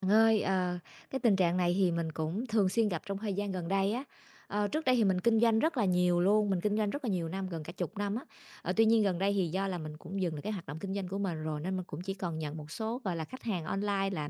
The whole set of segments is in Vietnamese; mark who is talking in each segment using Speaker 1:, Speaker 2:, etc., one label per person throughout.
Speaker 1: Bạn ơi, cái tình trạng này thì mình cũng thường xuyên gặp trong thời gian gần đây á. Trước đây thì mình kinh doanh rất là nhiều luôn, mình kinh doanh rất là nhiều năm, gần cả chục năm á. Tuy nhiên gần đây thì do là mình cũng dừng được cái hoạt động kinh doanh của mình rồi, nên mình cũng chỉ còn nhận một số gọi là khách hàng online là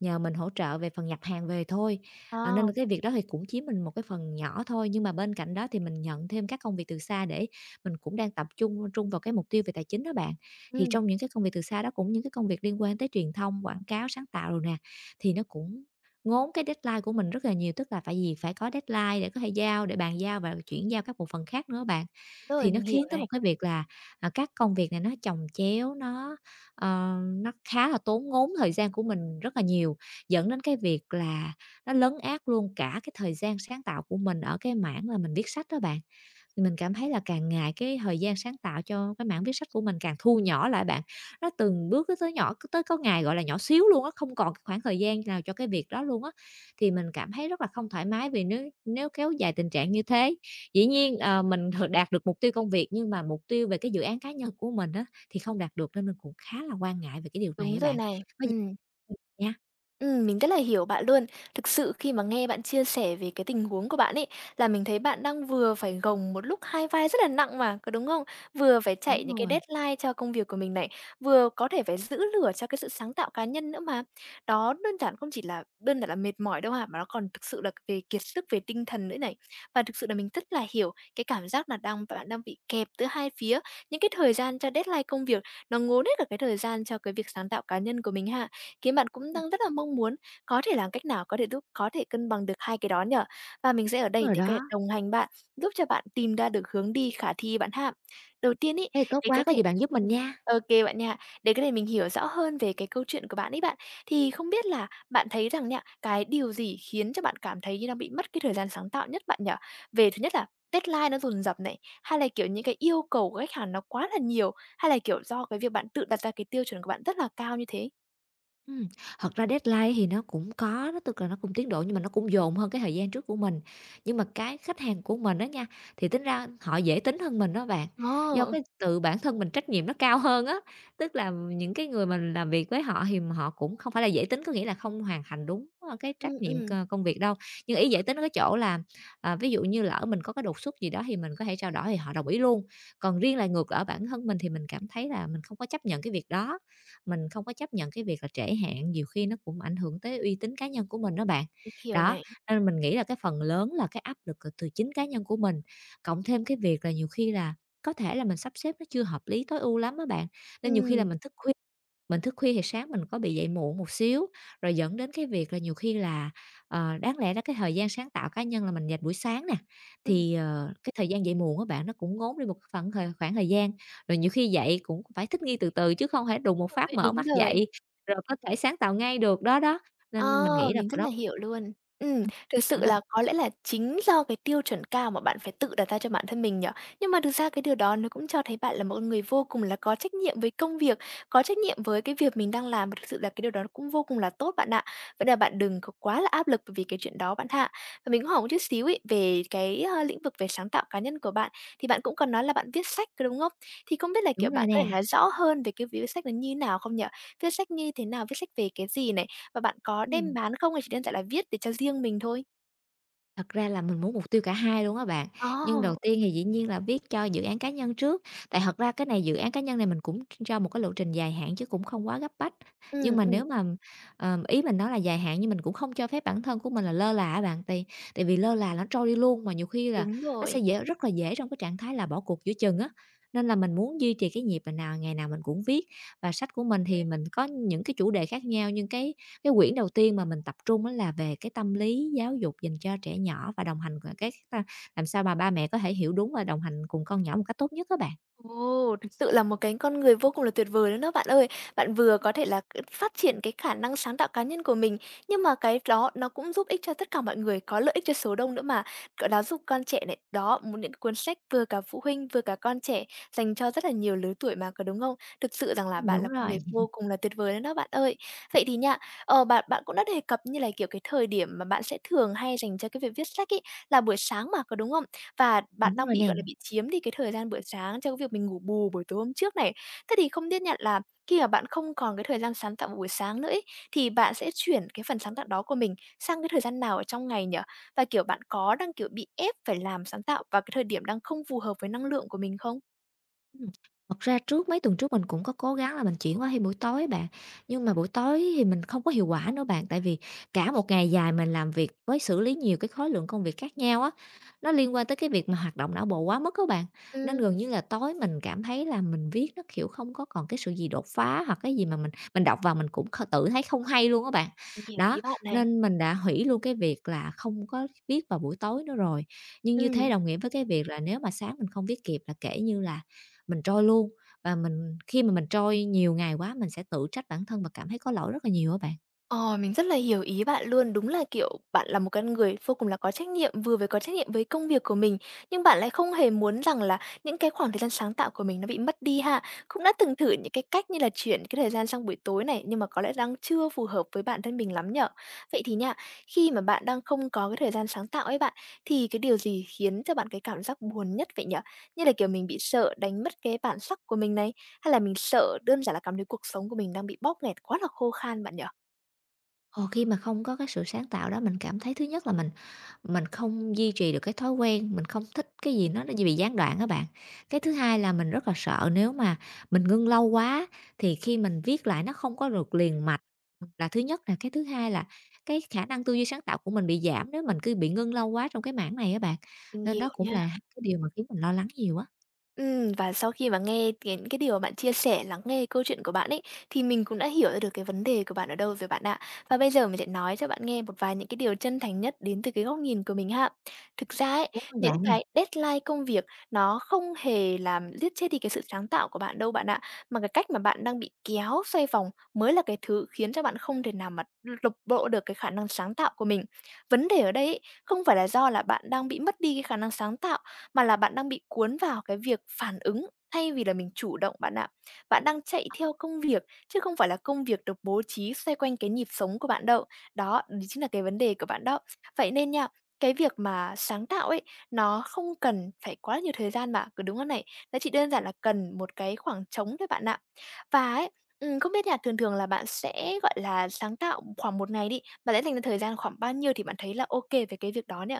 Speaker 1: nhờ mình hỗ trợ về phần nhập hàng về thôi. Ờ,
Speaker 2: À,
Speaker 1: nên là cái việc đó thì cũng chiếm mình một cái phần nhỏ thôi, nhưng mà bên cạnh đó thì mình nhận thêm các công việc từ xa để mình cũng đang tập trung trung vào cái mục tiêu về tài chính đó bạn. Thì
Speaker 2: ừm,
Speaker 1: trong những cái công việc từ xa đó, cũng những cái công việc liên quan tới truyền thông, quảng cáo, sáng tạo rồi nè, thì nó cũng ngốn cái deadline của mình rất là nhiều, tức là phải có deadline để có thể giao, để bàn giao và chuyển giao các bộ phận khác nữa bạn.
Speaker 2: rồi,
Speaker 1: Thì nó
Speaker 2: mình hiểu
Speaker 1: khiến tới một
Speaker 2: này.
Speaker 1: cái việc là, à, các công việc này nó chồng chéo, nó khá là tốn ngốn thời gian của mình rất là nhiều, dẫn đến cái việc là nó lấn át luôn cả cái thời gian sáng tạo của mình ở cái mảng là mình viết sách đó bạn. Mình cảm thấy là càng ngày cái thời gian sáng tạo cho cái mảng viết sách của mình càng thu nhỏ lại bạn. Nó từng bước nó tới nhỏ, cứ tới có ngày, gọi là, nhỏ xíu luôn á, không còn cái khoảng thời gian nào cho cái việc đó luôn á. Thì mình cảm thấy rất là không thoải mái, vì nếu nếu kéo dài tình trạng như thế, dĩ nhiên, mình đạt được mục tiêu công việc, nhưng mà mục tiêu về cái dự án cá nhân của mình á, thì không đạt được, nên mình cũng khá là quan ngại về cái điều này
Speaker 2: Đúng
Speaker 1: á
Speaker 2: rồi
Speaker 1: bạn.
Speaker 2: này.
Speaker 1: Có gì
Speaker 2: Ừm,
Speaker 1: nha.
Speaker 2: Ừm, mình rất là hiểu bạn luôn. Thực sự khi mà nghe bạn chia sẻ về cái tình huống của bạn ấy, là mình thấy bạn đang vừa phải gồng một lúc hai vai rất là nặng mà, có đúng không? Vừa phải chạy
Speaker 1: Đúng
Speaker 2: những cái
Speaker 1: rồi,
Speaker 2: deadline cho công việc của mình này, vừa có thể phải giữ lửa cho cái sự sáng tạo cá nhân nữa mà. Đó đơn giản không chỉ là đơn giản là mệt mỏi đâu hả, mà nó còn thực sự là về kiệt sức về tinh thần nữa này. Và thực sự là mình rất là hiểu cái cảm giác là bạn đang bị kẹp giữa hai phía, những cái thời gian cho deadline công việc nó ngốn hết cả cái thời gian cho cái việc sáng tạo cá nhân của mình ha, khiến bạn cũng
Speaker 1: ừm,
Speaker 2: đang rất là mong muốn có thể làm cách nào có thể giúp có thể cân bằng được hai cái đó nhở. Và mình sẽ ở
Speaker 1: đúng
Speaker 2: đây
Speaker 1: rồi
Speaker 2: để có thể
Speaker 1: đó.
Speaker 2: đồng hành bạn, giúp cho bạn tìm ra được hướng đi khả thi bạn ha. Đầu tiên ý,
Speaker 1: Thế tốt
Speaker 2: để có
Speaker 1: quá, có
Speaker 2: thể
Speaker 1: gì bạn giúp mình
Speaker 2: ừm,
Speaker 1: nha.
Speaker 2: ô bạn nha. Để có thể mình hiểu rõ hơn về cái câu chuyện của bạn ấy bạn, thì không biết là bạn thấy rằng nha, cái điều gì khiến cho bạn cảm thấy như đang bị mất cái thời gian sáng tạo nhất bạn nhở? Về thứ nhất là deadline nó dồn dập này, hay là, kiểu, những cái yêu cầu của khách hàng nó quá là nhiều, hay là, kiểu, do cái việc bạn tự đặt ra cái tiêu chuẩn của bạn rất là cao như thế?
Speaker 1: Ừm, thật ra deadline thì nó cũng có đó, tức là nó cũng tiến độ, nhưng mà nó cũng dồn hơn cái thời gian trước của mình. Nhưng mà cái khách hàng của mình đó nha, thì tính ra họ dễ tính hơn mình đó bạn, do
Speaker 2: Ờ,
Speaker 1: cái từ bản thân mình trách nhiệm nó cao hơn á. Tức là những cái người mình làm việc với họ thì họ cũng không phải là dễ tính, có nghĩa là không hoàn thành đúng, cái trách
Speaker 2: ừ
Speaker 1: nhiệm
Speaker 2: ừ,
Speaker 1: công việc đâu. Nhưng ý dễ tính ở cái chỗ là, à, ví dụ như lỡ mình có cái đột xuất gì đó thì mình có thể trao đổi thì họ đồng ý luôn. Còn riêng lại ngược lại ở bản thân mình thì mình cảm thấy là mình không có chấp nhận cái việc đó, mình không có chấp nhận cái việc là trễ hạn, nhiều khi nó cũng ảnh hưởng tới uy tín cá nhân của mình đó bạn.
Speaker 2: mình hiểu
Speaker 1: Đó,
Speaker 2: này.
Speaker 1: nên mình nghĩ là cái phần lớn là cái áp lực là từ chính cá nhân của mình, cộng thêm cái việc là nhiều khi là có thể là mình sắp xếp nó chưa hợp lý tối ưu lắm á bạn, nên nhiều khi là
Speaker 2: Ừ
Speaker 1: mình thức khuya, thì sáng mình có bị dậy muộn một xíu, rồi dẫn đến cái việc là nhiều khi là, đáng lẽ ra cái thời gian sáng tạo cá nhân là mình dành buổi sáng nè,
Speaker 2: ừ,
Speaker 1: thì, cái thời gian dậy muộn của bạn, nó cũng ngốn đi một cái phẳng thời khoảng thời gian. Rồi nhiều khi dậy cũng phải thích nghi từ từ chứ không thể đùng một phát
Speaker 2: đúng
Speaker 1: mở
Speaker 2: đúng
Speaker 1: mắt
Speaker 2: rồi.
Speaker 1: dậy rồi có thể sáng tạo ngay được, đó, đó, nên mình
Speaker 2: Ờ,
Speaker 1: nghĩ là
Speaker 2: mình rất
Speaker 1: đó
Speaker 2: là
Speaker 1: cũng
Speaker 2: hiểu luôn. Ừ,
Speaker 1: là một
Speaker 2: thực
Speaker 1: phần nữa
Speaker 2: sự
Speaker 1: đó bạn.
Speaker 2: là có lẽ là chính do cái tiêu chuẩn cao mà bạn phải tự đặt ra cho bản thân mình nhở. Nhưng mà thực ra cái điều đó nó cũng cho thấy bạn là một con người vô cùng là có trách nhiệm với công việc, có trách nhiệm với cái việc mình đang làm, và thực sự là cái điều đó cũng vô cùng là tốt bạn ạ. Vậy là bạn đừng có quá là áp lực vì cái chuyện đó bạn hạ. Và mình cũng hỏi một chút xíu ấy, về cái, lĩnh vực về sáng tạo cá nhân của bạn, thì bạn cũng còn nói là bạn viết sách, đúng không? Thì không biết là,
Speaker 1: Đúng
Speaker 2: kiểu,
Speaker 1: rồi
Speaker 2: bạn có thể
Speaker 1: nè.
Speaker 2: nói rõ hơn về cái việc viết sách nó như nào không nhở? Viết sách như thế nào? Viết sách về cái gì này? Và bạn có đem
Speaker 1: Ừm.
Speaker 2: bán không hay chỉ đơn giản là viết để cho riêng mình thôi?
Speaker 1: Thật ra là mình muốn mục tiêu cả hai luôn á bạn, nhưng đầu
Speaker 2: Ồ!
Speaker 1: tiên thì dĩ nhiên là viết cho dự án cá nhân trước, tại thật ra cái này dự án cá nhân này mình cũng cho một cái lộ trình dài hạn chứ cũng không quá gấp bách. Nhưng
Speaker 2: Ừm,
Speaker 1: mà
Speaker 2: ừm,
Speaker 1: nếu mà, ý mình nói là dài hạn, nhưng mình cũng không cho phép bản thân của mình là lơ là á bạn, tại tại vì lơ là nó trôi đi luôn, mà nhiều khi là
Speaker 2: đúng
Speaker 1: nó sẽ
Speaker 2: rồi.
Speaker 1: dễ, rất là dễ trong cái trạng thái là bỏ cuộc giữa chừng á. Nên là mình muốn duy trì cái nhịp mà ngày nào mình cũng viết, và sách của mình thì mình có những cái chủ đề khác nhau, nhưng cái quyển đầu tiên mà mình tập trung á là về cái tâm lý giáo dục dành cho trẻ nhỏ và đồng hành, ờ, cái ta làm sao mà ba mẹ có thể hiểu đúng và đồng hành cùng con nhỏ một cách tốt nhất các bạn.
Speaker 2: Ồ, thực sự là một cái con người vô cùng là tuyệt vời luôn đó bạn ơi. Bạn vừa có thể là phát triển cái khả năng sáng tạo cá nhân của mình, nhưng mà cái đó nó cũng giúp ích cho tất cả mọi người, có lợi ích cho số đông nữa mà. Cỡ đó giúp con trẻ này, đó, một những cuốn sách vừa cả phụ huynh, vừa cả con trẻ, dành cho rất là nhiều lứa tuổi mà, có đúng không? Thực sự rằng là
Speaker 1: Ừm,
Speaker 2: bạn
Speaker 1: đúng
Speaker 2: là con
Speaker 1: rồi,
Speaker 2: người vô cùng là tuyệt vời luôn đó bạn ơi. Vậy thì nha, bạn bạn cũng đã đề cập như là, kiểu, cái thời điểm mà bạn sẽ thường hay dành cho cái việc viết sách ý là buổi sáng mà, có đúng không? Và bạn
Speaker 1: đúng
Speaker 2: đang
Speaker 1: rồi
Speaker 2: bị,
Speaker 1: nè.
Speaker 2: gọi là, bị chiếm đi cái thời gian buổi sáng cho cái việc mình ngủ bù buổi tối hôm trước này. Thế thì không biết nhận là khi mà bạn không còn cái thời gian sáng tạo vào buổi sáng nữa ấy, thì bạn sẽ chuyển cái phần sáng tạo đó của mình sang cái thời gian nào ở trong ngày nhỉ? Và, kiểu, bạn có đang, kiểu, bị ép phải làm sáng tạo vào cái thời điểm đang không phù hợp với năng lượng của mình không?
Speaker 1: Ừm, thật ra trước mấy tuần trước mình cũng có cố gắng là mình chuyển qua thi buổi tối bạn, nhưng mà buổi tối thì mình không có hiệu quả nữa bạn, tại vì cả một ngày dài mình làm việc với xử lý nhiều cái khối lượng công việc khác nhau á, nó liên quan tới cái việc mà hoạt động não bộ quá mức các bạn. Nên
Speaker 2: Ừm,
Speaker 1: gần như là tối mình cảm thấy là mình viết nó, kiểu, không có còn cái sự gì đột phá, hoặc cái gì mà mình đọc vào mình cũng tự thấy không hay luôn á bạn.
Speaker 2: mình hiểu
Speaker 1: Đó,
Speaker 2: ý bạn này.
Speaker 1: nên mình đã hủy luôn cái việc là không có viết vào buổi tối nữa rồi, nhưng như thế
Speaker 2: Ừm.
Speaker 1: đồng nghĩa với cái việc là nếu mà sáng mình không viết kịp là kể như là mình trôi luôn, và khi mà mình trôi nhiều ngày quá, mình sẽ tự trách bản thân và cảm thấy có lỗi rất là nhiều á bạn.
Speaker 2: Ờ, mình rất là hiểu ý bạn luôn. Đúng là, kiểu, bạn là một con người vô cùng là có trách nhiệm, vừa phải có trách nhiệm với công việc của mình, nhưng bạn lại không hề muốn rằng là những cái khoảng thời gian sáng tạo của mình nó bị mất đi ha. Cũng đã từng thử những cái cách như là chuyển cái thời gian sang buổi tối này, nhưng mà có lẽ đang chưa phù hợp với bản thân mình lắm nhở. Vậy thì nha, khi mà bạn đang không có cái thời gian sáng tạo ấy bạn, thì cái điều gì khiến cho bạn cái cảm giác buồn nhất vậy nhở? Như là, kiểu, mình bị sợ đánh mất cái bản sắc của mình này, hay là mình sợ đơn giản là cảm thấy cuộc sống của mình đang bị bóp nghẹt quá là khô khan bạn nhở?
Speaker 1: Ờ, khi mà không có cái sự sáng tạo đó, mình cảm thấy thứ nhất là mình không duy trì được cái thói quen, mình không thích cái gì nó bị gián đoạn á bạn. Cái thứ hai là mình rất là sợ nếu mà mình ngưng lâu quá thì khi mình viết lại nó không có được liền mạch, là thứ nhất nè, cái thứ hai là cái khả năng tư duy sáng tạo của mình bị giảm nếu mình cứ bị ngưng lâu quá trong cái mảng này á bạn.
Speaker 2: Mình
Speaker 1: Nên
Speaker 2: hiểu
Speaker 1: đó cũng
Speaker 2: nha.
Speaker 1: là cái điều mà khiến mình lo lắng nhiều á.
Speaker 2: Và sau khi mà nghe những cái điều mà bạn chia sẻ, lắng nghe câu chuyện của bạn ấy, thì mình cũng đã hiểu ra được cái vấn đề của bạn ở đâu rồi bạn ạ. Và bây giờ mình sẽ nói cho bạn nghe một vài những cái điều chân thành nhất đến từ cái góc nhìn của mình ha. Thực ra ấy,
Speaker 1: Cảm ơn
Speaker 2: những
Speaker 1: bạn.
Speaker 2: cái deadline công việc nó không hề làm giết chết đi cái sự sáng tạo của bạn đâu bạn ạ, mà cái cách mà bạn đang bị kéo xoay vòng mới là cái thứ khiến cho bạn không thể nào mà lục bộ được cái khả năng sáng tạo của mình. Vấn đề ở đây ấy, không phải là do là bạn đang bị mất đi cái khả năng sáng tạo mà là bạn đang bị cuốn vào cái việc phản ứng thay vì là mình chủ động bạn ạ. Bạn đang chạy theo công việc chứ không phải là công việc được bố trí xoay quanh cái nhịp sống của bạn đâu. Đó, đấy chính là cái vấn đề của bạn đó. Vậy nên nha, cái việc mà sáng tạo ấy, nó không cần phải quá nhiều thời gian mà, cứ đúng không này? Nó chỉ đơn giản là cần một cái khoảng trống thôi bạn ạ. Và ấy, không biết là thường thường là bạn sẽ, gọi là, sáng tạo khoảng một ngày đi, bạn sẽ dành ra thời gian khoảng bao nhiêu thì bạn thấy là ok về cái việc đó nhỉ?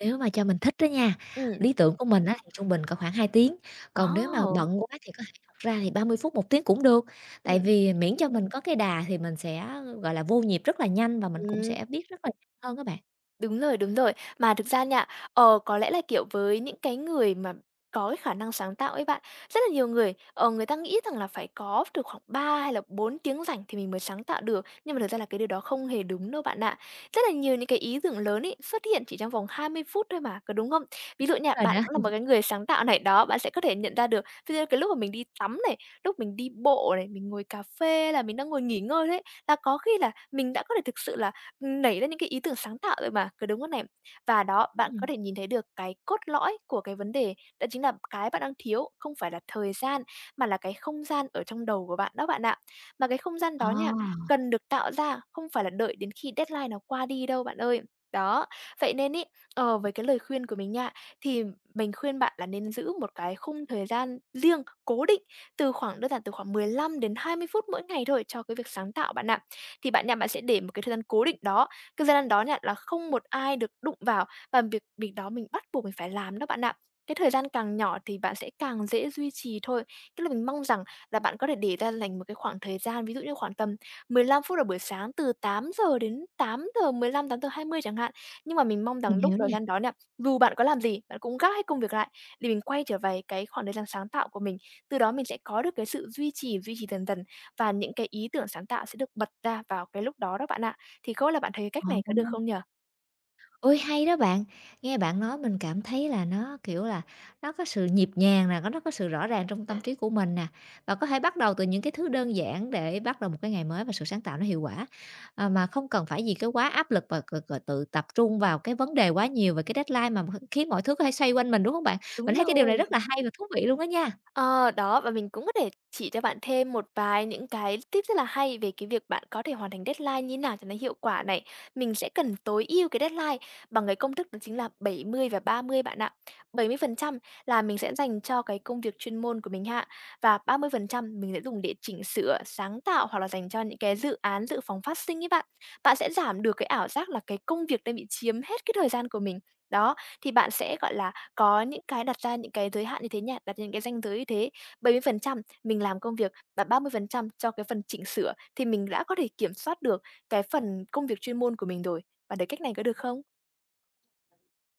Speaker 1: Nếu mà cho mình thích đó nha,
Speaker 2: Ừ,
Speaker 1: lý tưởng của mình á thì trung bình cỡ khoảng 2 tiếng, còn nếu mà
Speaker 2: oh,
Speaker 1: bận quá thì có thể thật ra thì 30 phút, 1 tiếng cũng được. Tại
Speaker 2: ừ.
Speaker 1: vì miễn cho mình có cái đà thì mình sẽ, gọi là, vô nhịp rất là nhanh và mình cũng
Speaker 2: Ừm,
Speaker 1: sẽ biết rất là nhanh hơn á bạn.
Speaker 2: đúng rồi, đúng rồi. Mà thực ra nha, có lẽ là, kiểu, với những cái người mà có cái khả năng sáng tạo ấy bạn, rất là nhiều người, người ta nghĩ rằng là phải có từ khoảng 3 hay là 4 tiếng rảnh thì mình mới sáng tạo được, nhưng mà thực ra là cái điều đó không hề đúng đâu bạn ạ. Rất là nhiều những cái ý tưởng lớn ấy xuất hiện chỉ trong vòng 20 phút thôi mà, có đúng không? Ví dụ
Speaker 1: Đúng
Speaker 2: nha,
Speaker 1: rồi
Speaker 2: bạn
Speaker 1: đó.
Speaker 2: cũng là một cái người sáng tạo này, đó, bạn sẽ có thể nhận ra được, ví dụ cái lúc mà mình đi tắm này, lúc mình đi bộ này, mình ngồi cà phê là mình đang ngồi nghỉ ngơi đấy, là có khi là mình đã có thể thực sự là nảy ra những cái ý tưởng sáng tạo rồi mà, cứ đúng không này? Và đó, bạn có
Speaker 1: Ừm.
Speaker 2: thể nhìn thấy được cái cốt lõi của cái vấn đề, đó chính là cái bạn đang thiếu không phải là thời gian, mà là cái không gian ở trong đầu của bạn đó bạn ạ. Mà cái không gian đó nha,
Speaker 1: À,
Speaker 2: cần được tạo ra, không phải là đợi đến khi deadline nó qua đi đâu bạn ơi. Đó, vậy nên ý, với cái lời khuyên của mình nha, thì mình khuyên bạn là nên giữ một cái khung thời gian riêng, cố định, từ khoảng đơn giản từ khoảng 15 đến 20 phút mỗi ngày thôi cho cái việc sáng tạo bạn ạ, thì bạn nha, bạn sẽ để một cái thời gian cố định đó. Cái thời gian đó nha, là không một ai được đụng vào và việc việc đó mình bắt buộc mình phải làm đó bạn ạ. Cái thời gian càng nhỏ thì bạn sẽ càng dễ duy trì thôi. Tức là mình mong rằng là bạn có thể để ra dành một cái khoảng thời gian, ví dụ như khoảng tầm 15 phút ở buổi sáng từ 8 giờ đến 8:15, 8:20 chẳng hạn. Nhưng mà mình mong rằng
Speaker 1: mình
Speaker 2: lúc
Speaker 1: hiểu nè.
Speaker 2: thời gian đó nha, dù bạn có làm gì, bạn cũng gác hết công việc lại để mình quay trở về cái khoảng thời gian sáng tạo của mình. Từ đó mình sẽ có được cái sự duy trì dần dần và những cái ý tưởng sáng tạo sẽ được bật ra vào cái lúc đó đó bạn ạ. Thì không biết là bạn thấy cái cách
Speaker 1: Ờ.
Speaker 2: này có được không nhỉ?
Speaker 1: Ôi, hay đó bạn! Nghe bạn nói mình cảm thấy là nó, kiểu là, nó có sự nhịp nhàng nè, nó có sự rõ ràng trong tâm trí của mình nè, và có thể bắt đầu từ những cái thứ đơn giản để bắt đầu một cái ngày mới và sự sáng tạo nó hiệu quả. Mà không cần phải gì cái quá áp lực và c c tự tập trung vào cái vấn đề quá nhiều về cái deadline mà khiến mọi thứ có thể xoay quanh mình, đúng không bạn? Mình
Speaker 2: Đúng
Speaker 1: thấy cái điều
Speaker 2: rồi.
Speaker 1: này rất là hay và thú vị luôn đó nha.
Speaker 2: Ờ, đó, và mình cũng có thể chỉ cho bạn thêm một vài những cái tip rất là hay về cái việc bạn có thể hoàn thành deadline như nào cho nó hiệu quả này. Mình sẽ cần tối ưu cái deadline bằng cái công thức đó chính là 70 và 30 bạn ạ. 70% là mình sẽ dành cho cái công việc chuyên môn của mình hạ, và 30% mình sẽ dùng để chỉnh sửa, sáng tạo hoặc là dành cho những cái dự án dự phòng phát sinh ấy bạn. Bạn sẽ giảm được cái ảo giác là cái công việc đang bị chiếm hết cái thời gian của mình. Đó, thì bạn sẽ, gọi là, có những cái đặt ra những cái giới hạn như thế nha, đặt những cái ranh giới như thế. 70% mình làm công việc và 30% cho cái phần chỉnh sửa thì mình đã có thể kiểm soát được cái phần công việc chuyên môn của mình rồi. Bạn thấy cách này có được không?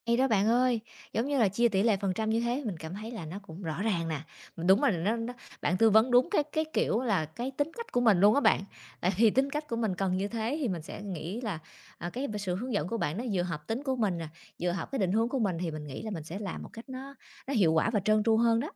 Speaker 1: Hay đó bạn ơi, giống như là chia tỷ lệ phần trăm như thế mình cảm thấy là nó cũng rõ ràng nè. Mình đúng là nó bạn tư vấn đúng cái, kiểu là, cái tính cách của mình luôn á bạn. Tại vì tính cách của mình cần như thế thì mình sẽ nghĩ là, à, cái sự hướng dẫn của bạn nó vừa hợp tính của mình nè, vừa hợp cái định hướng của mình, thì mình nghĩ là mình sẽ làm một cách nó hiệu quả và trơn tru hơn đó.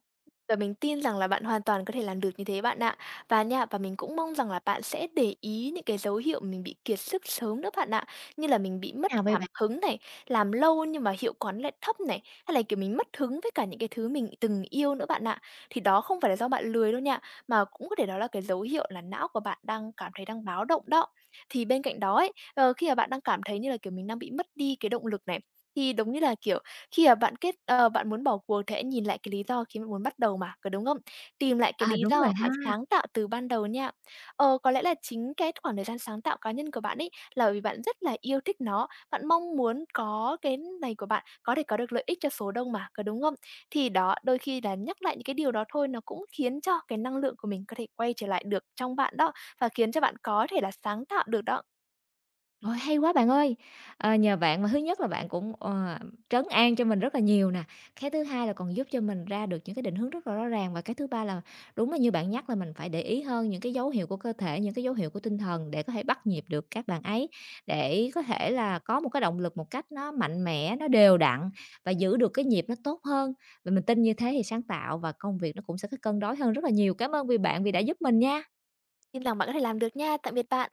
Speaker 2: Và mình tin rằng là bạn hoàn toàn có thể làm được như thế bạn ạ. Và mình cũng mong rằng là bạn sẽ để ý những cái dấu hiệu mình bị kiệt sức sớm nữa bạn ạ. Như là mình bị mất
Speaker 1: Nào vậy
Speaker 2: cảm
Speaker 1: bạn?
Speaker 2: hứng này, làm lâu nhưng mà hiệu quả nó lại thấp này, hay là kiểu mình mất hứng với cả những cái thứ mình từng yêu nữa bạn ạ. Thì đó không phải là do bạn lười đâu nha, mà cũng có thể đó là cái dấu hiệu là não của bạn đang cảm thấy, đang báo động đó. Thì bên cạnh đó ấy, khi mà bạn đang cảm thấy như là kiểu mình đang bị mất đi cái động lực này, thì đúng như là kiểu khi mà bạn muốn bỏ cuộc thì hãy nhìn lại cái lý do khiến bạn muốn bắt đầu mà, có đúng không? Tìm lại cái
Speaker 1: À,
Speaker 2: lý
Speaker 1: đúng rồi
Speaker 2: do bạn
Speaker 1: ha.
Speaker 2: sáng tạo từ ban đầu nha. Ờ, có lẽ là chính cái khoảng thời gian sáng tạo cá nhân của bạn ấy là vì bạn rất là yêu thích nó, bạn mong muốn có cái này của bạn có thể có được lợi ích cho số đông mà, có đúng không? Thì đó, đôi khi là nhắc lại những cái điều đó thôi nó cũng khiến cho cái năng lượng của mình có thể quay trở lại được trong bạn đó, và khiến cho bạn có thể là sáng tạo được đó.
Speaker 1: Ôi, hay quá bạn ơi! Nhờ bạn mà thứ nhất là bạn cũng, trấn an cho mình rất là nhiều nè, cái thứ hai là còn giúp cho mình ra được những cái định hướng rất là rõ ràng, và cái thứ ba là đúng là như bạn nhắc là mình phải để ý hơn những cái dấu hiệu của cơ thể, những cái dấu hiệu của tinh thần để có thể bắt nhịp được các bạn ấy, để có thể là có một cái động lực một cách nó mạnh mẽ, nó đều đặn và giữ được cái nhịp nó tốt hơn. Và mình tin như thế thì sáng tạo và công việc nó cũng sẽ có cân đối hơn rất là nhiều. Cảm ơn vì bạn vì đã giúp mình nha.
Speaker 2: Tin rằng bạn có thể làm được nha. Tạm biệt bạn.